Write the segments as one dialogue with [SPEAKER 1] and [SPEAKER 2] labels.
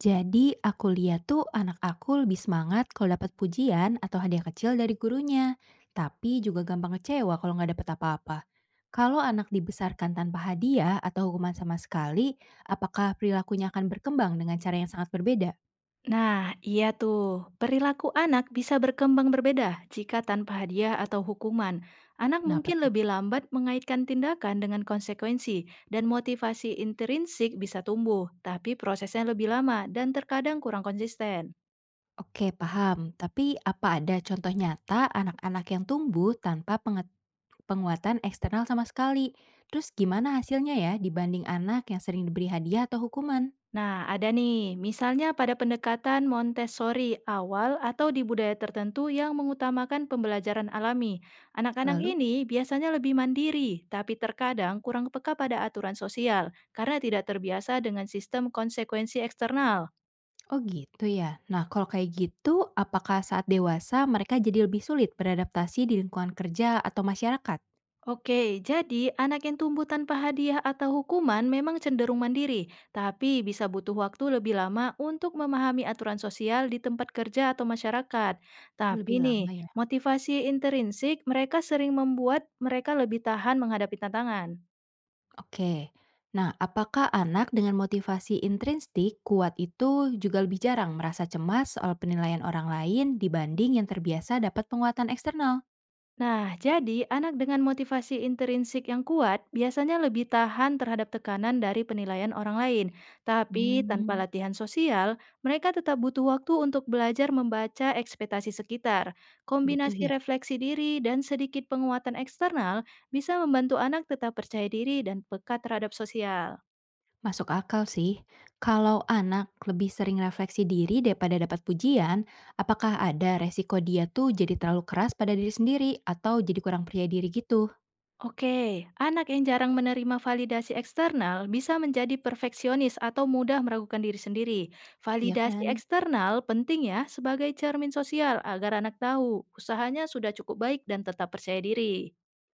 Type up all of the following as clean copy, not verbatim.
[SPEAKER 1] Jadi aku lihat tuh anak aku lebih semangat kalau dapat pujian atau hadiah kecil dari gurunya, tapi juga gampang kecewa kalau nggak dapat apa-apa. Kalau anak dibesarkan tanpa hadiah atau hukuman sama sekali, apakah perilakunya akan berkembang dengan cara yang sangat berbeda?
[SPEAKER 2] Nah, iya tuh. Perilaku anak bisa berkembang berbeda jika tanpa hadiah atau hukuman. Anak
[SPEAKER 1] Kenapa
[SPEAKER 2] mungkin
[SPEAKER 1] tuh?
[SPEAKER 2] lebih lambat mengaitkan tindakan dengan konsekuensi, dan motivasi intrinsik bisa tumbuh, tapi prosesnya lebih lama dan terkadang kurang konsisten.
[SPEAKER 1] Oke, paham. Tapi apa ada contoh nyata anak-anak yang tumbuh tanpa penguatan eksternal sama sekali? Terus gimana hasilnya ya dibanding anak yang sering diberi hadiah atau hukuman?
[SPEAKER 2] Nah, ada nih, misalnya pada pendekatan Montessori awal atau di budaya tertentu yang mengutamakan pembelajaran alami. Anak-anak
[SPEAKER 1] Lalu?
[SPEAKER 2] ini biasanya lebih mandiri, tapi terkadang kurang peka pada aturan sosial karena tidak terbiasa dengan sistem konsekuensi eksternal.
[SPEAKER 1] Oh gitu ya. Nah, kalau kayak gitu, apakah saat dewasa mereka jadi lebih sulit beradaptasi di lingkungan kerja atau masyarakat?
[SPEAKER 2] Oke, jadi anak yang tumbuh tanpa hadiah atau hukuman memang cenderung mandiri, tapi bisa butuh waktu lebih lama untuk memahami aturan sosial di tempat kerja atau masyarakat. Tapi
[SPEAKER 1] Lebih
[SPEAKER 2] nih,
[SPEAKER 1] lama ya.
[SPEAKER 2] motivasi intrinsik mereka sering membuat mereka lebih tahan menghadapi tantangan.
[SPEAKER 1] Oke. Nah, apakah anak dengan motivasi intrinsik kuat itu juga lebih jarang merasa cemas soal penilaian orang lain dibanding yang terbiasa dapat penguatan eksternal?
[SPEAKER 2] Nah, jadi anak dengan motivasi intrinsik yang kuat biasanya lebih tahan terhadap tekanan dari penilaian orang lain. Tapi tanpa
[SPEAKER 1] Hmm,
[SPEAKER 2] latihan sosial, mereka tetap butuh waktu untuk belajar membaca ekspektasi sekitar.
[SPEAKER 1] butuh
[SPEAKER 2] Kombinasi
[SPEAKER 1] ya.
[SPEAKER 2] refleksi diri dan sedikit penguatan eksternal bisa membantu anak tetap percaya diri dan peka terhadap sosial.
[SPEAKER 1] Masuk akal sih. Kalau anak lebih sering refleksi diri daripada dapat pujian, apakah ada resiko dia tuh jadi terlalu keras pada diri sendiri atau jadi kurang percaya diri gitu?
[SPEAKER 2] Oke, anak yang jarang menerima validasi eksternal bisa menjadi perfeksionis atau mudah meragukan diri sendiri.
[SPEAKER 1] Iya
[SPEAKER 2] Validasi
[SPEAKER 1] kan?
[SPEAKER 2] eksternal penting ya sebagai cermin sosial agar anak tahu usahanya sudah cukup baik dan tetap percaya diri.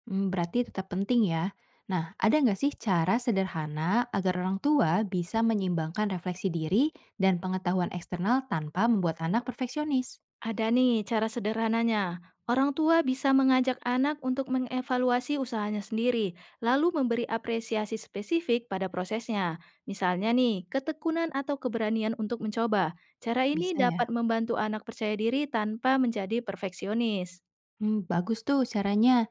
[SPEAKER 1] Hmm, berarti tetap penting ya. Nah, ada nggak sih cara sederhana agar orang tua bisa menyeimbangkan refleksi diri dan pengetahuan eksternal tanpa membuat anak perfeksionis?
[SPEAKER 2] Ada nih cara sederhananya. Orang tua bisa mengajak anak untuk mengevaluasi usahanya sendiri, lalu memberi apresiasi spesifik pada prosesnya. Misalnya nih, ketekunan atau keberanian untuk mencoba. Cara ini
[SPEAKER 1] Bisa
[SPEAKER 2] dapat
[SPEAKER 1] ya?
[SPEAKER 2] membantu anak percaya diri tanpa menjadi perfeksionis.
[SPEAKER 1] Hmm, bagus tuh caranya.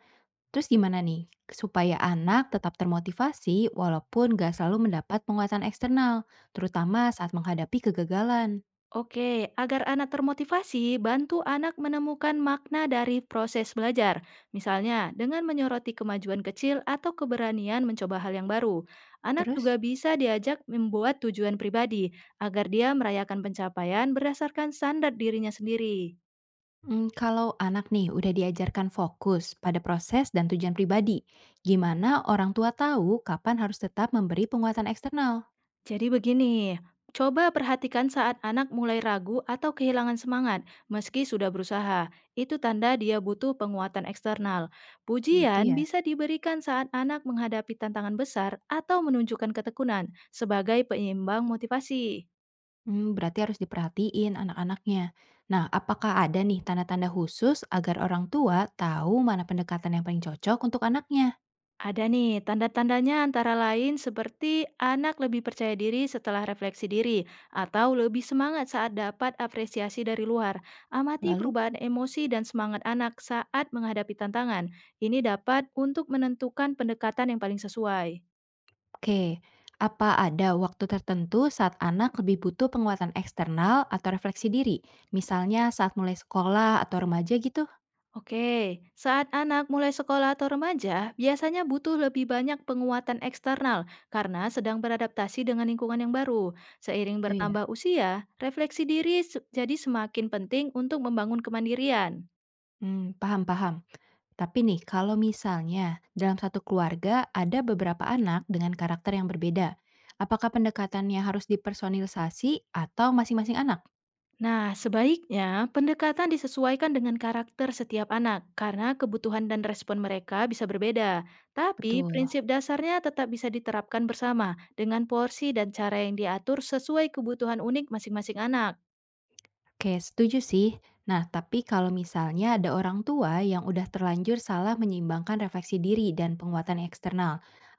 [SPEAKER 1] Terus gimana nih? Supaya anak tetap termotivasi walaupun gak selalu mendapat penguatan eksternal, terutama saat menghadapi kegagalan.
[SPEAKER 2] Oke, agar anak termotivasi, bantu anak menemukan makna dari proses belajar. Misalnya, dengan menyoroti kemajuan kecil atau keberanian mencoba hal yang baru. Anak
[SPEAKER 1] Terus?
[SPEAKER 2] juga bisa diajak membuat tujuan pribadi agar dia merayakan pencapaian berdasarkan standar dirinya sendiri.
[SPEAKER 1] Hmm, kalau anak nih udah diajarkan fokus pada proses dan tujuan pribadi, gimana orang tua tahu kapan harus tetap memberi penguatan eksternal?
[SPEAKER 2] Jadi begini, coba perhatikan saat anak mulai ragu atau kehilangan semangat, meski sudah berusaha. Itu tanda dia butuh penguatan eksternal.
[SPEAKER 1] Gitu
[SPEAKER 2] Pujian
[SPEAKER 1] ya.
[SPEAKER 2] bisa diberikan saat anak menghadapi tantangan besar atau menunjukkan ketekunan sebagai penyeimbang motivasi.
[SPEAKER 1] Hmm, berarti harus diperhatiin anak-anaknya. Nah, apakah ada nih tanda-tanda khusus agar orang tua tahu mana pendekatan yang paling cocok untuk anaknya?
[SPEAKER 2] Ada nih, tanda-tandanya antara lain seperti anak lebih percaya diri setelah refleksi diri, atau lebih semangat saat dapat apresiasi dari luar. Amati
[SPEAKER 1] Lalu.
[SPEAKER 2] perubahan emosi dan semangat anak saat menghadapi tantangan. Ini dapat untuk menentukan pendekatan yang paling sesuai.
[SPEAKER 1] Oke, apa ada waktu tertentu saat anak lebih butuh penguatan eksternal atau refleksi diri? Misalnya saat mulai sekolah atau remaja gitu?
[SPEAKER 2] Oke, saat anak mulai sekolah atau remaja, biasanya butuh lebih banyak penguatan eksternal karena sedang beradaptasi dengan lingkungan yang baru. Seiring
[SPEAKER 1] Gitu ya.
[SPEAKER 2] bertambah usia, refleksi diri jadi semakin penting untuk membangun kemandirian.
[SPEAKER 1] Hmm, paham, paham. Tapi nih, kalau misalnya dalam satu keluarga ada beberapa anak dengan karakter yang berbeda, apakah pendekatannya harus dipersonalisasi atau masing-masing anak?
[SPEAKER 2] Nah, sebaiknya pendekatan disesuaikan dengan karakter setiap anak karena kebutuhan dan respon mereka bisa berbeda. Tapi
[SPEAKER 1] Betul.
[SPEAKER 2] prinsip dasarnya tetap bisa diterapkan bersama dengan porsi dan cara yang diatur sesuai kebutuhan unik masing-masing anak.
[SPEAKER 1] Oke, setuju sih. Nah, tapi kalau misalnya ada orang tua yang udah terlanjur salah menyeimbangkan refleksi diri dan penguatan eksternal,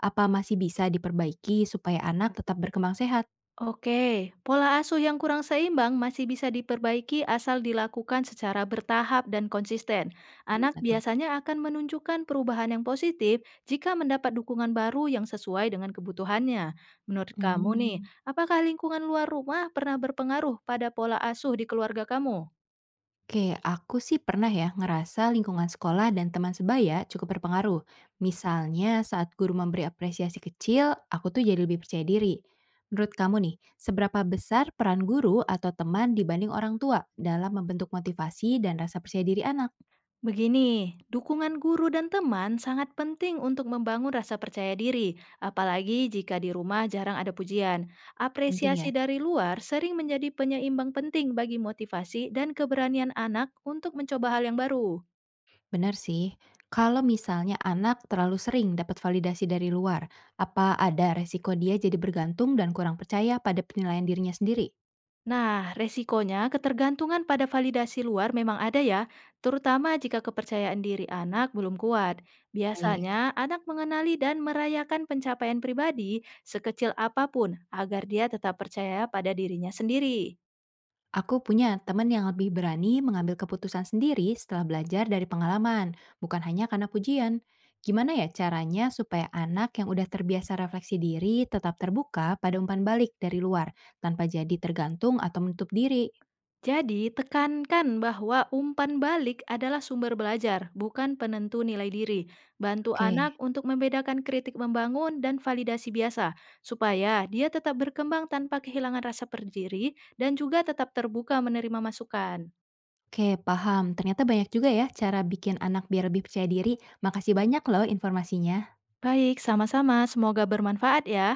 [SPEAKER 1] apa masih bisa diperbaiki supaya anak tetap berkembang sehat?
[SPEAKER 2] Oke, pola asuh yang kurang seimbang masih bisa diperbaiki asal dilakukan secara bertahap dan konsisten. Anak
[SPEAKER 1] Gimana tuh?
[SPEAKER 2] biasanya akan menunjukkan perubahan yang positif jika mendapat dukungan baru yang sesuai dengan kebutuhannya. Menurut kamu nih,
[SPEAKER 1] Hmm.
[SPEAKER 2] apakah lingkungan luar rumah pernah berpengaruh pada pola asuh di keluarga kamu?
[SPEAKER 1] Oke, aku sih pernah ya ngerasa lingkungan sekolah dan teman sebaya cukup berpengaruh. Misalnya saat guru memberi apresiasi kecil, aku tuh jadi lebih percaya diri. Menurut kamu nih, seberapa besar peran guru atau teman dibanding orang tua dalam membentuk motivasi dan rasa percaya diri anak?
[SPEAKER 2] Begini, dukungan guru dan teman sangat penting untuk membangun rasa percaya diri, apalagi jika di rumah jarang ada pujian.
[SPEAKER 1] Penting ya?
[SPEAKER 2] Apresiasi dari luar sering menjadi penyeimbang penting bagi motivasi dan keberanian anak untuk mencoba hal yang baru.
[SPEAKER 1] Benar sih. Kalau misalnya anak terlalu sering dapat validasi dari luar, apa ada resiko dia jadi bergantung dan kurang percaya pada penilaian dirinya sendiri?
[SPEAKER 2] Nah, resikonya ketergantungan pada validasi luar memang ada ya, terutama jika kepercayaan diri anak belum kuat.
[SPEAKER 1] Baik,
[SPEAKER 2] Biasanya, anak mengenali dan merayakan pencapaian pribadi sekecil apapun agar dia tetap percaya pada dirinya sendiri.
[SPEAKER 1] aku punya teman yang lebih berani mengambil keputusan sendiri setelah belajar dari pengalaman, bukan hanya karena pujian. Gimana ya caranya supaya anak yang udah terbiasa refleksi diri tetap terbuka pada umpan balik dari luar, tanpa jadi tergantung atau menutup diri?
[SPEAKER 2] Jadi, tekankan bahwa umpan balik adalah sumber belajar, bukan penentu nilai diri. Bantu anak
[SPEAKER 1] Oke.
[SPEAKER 2] untuk membedakan kritik membangun dan validasi biasa, supaya dia tetap berkembang tanpa kehilangan rasa berdiri dan juga tetap terbuka menerima masukan.
[SPEAKER 1] Oke, paham. Ternyata banyak juga ya cara bikin anak biar lebih percaya diri. Makasih banyak loh informasinya.
[SPEAKER 2] Baik, sama-sama. Semoga bermanfaat ya.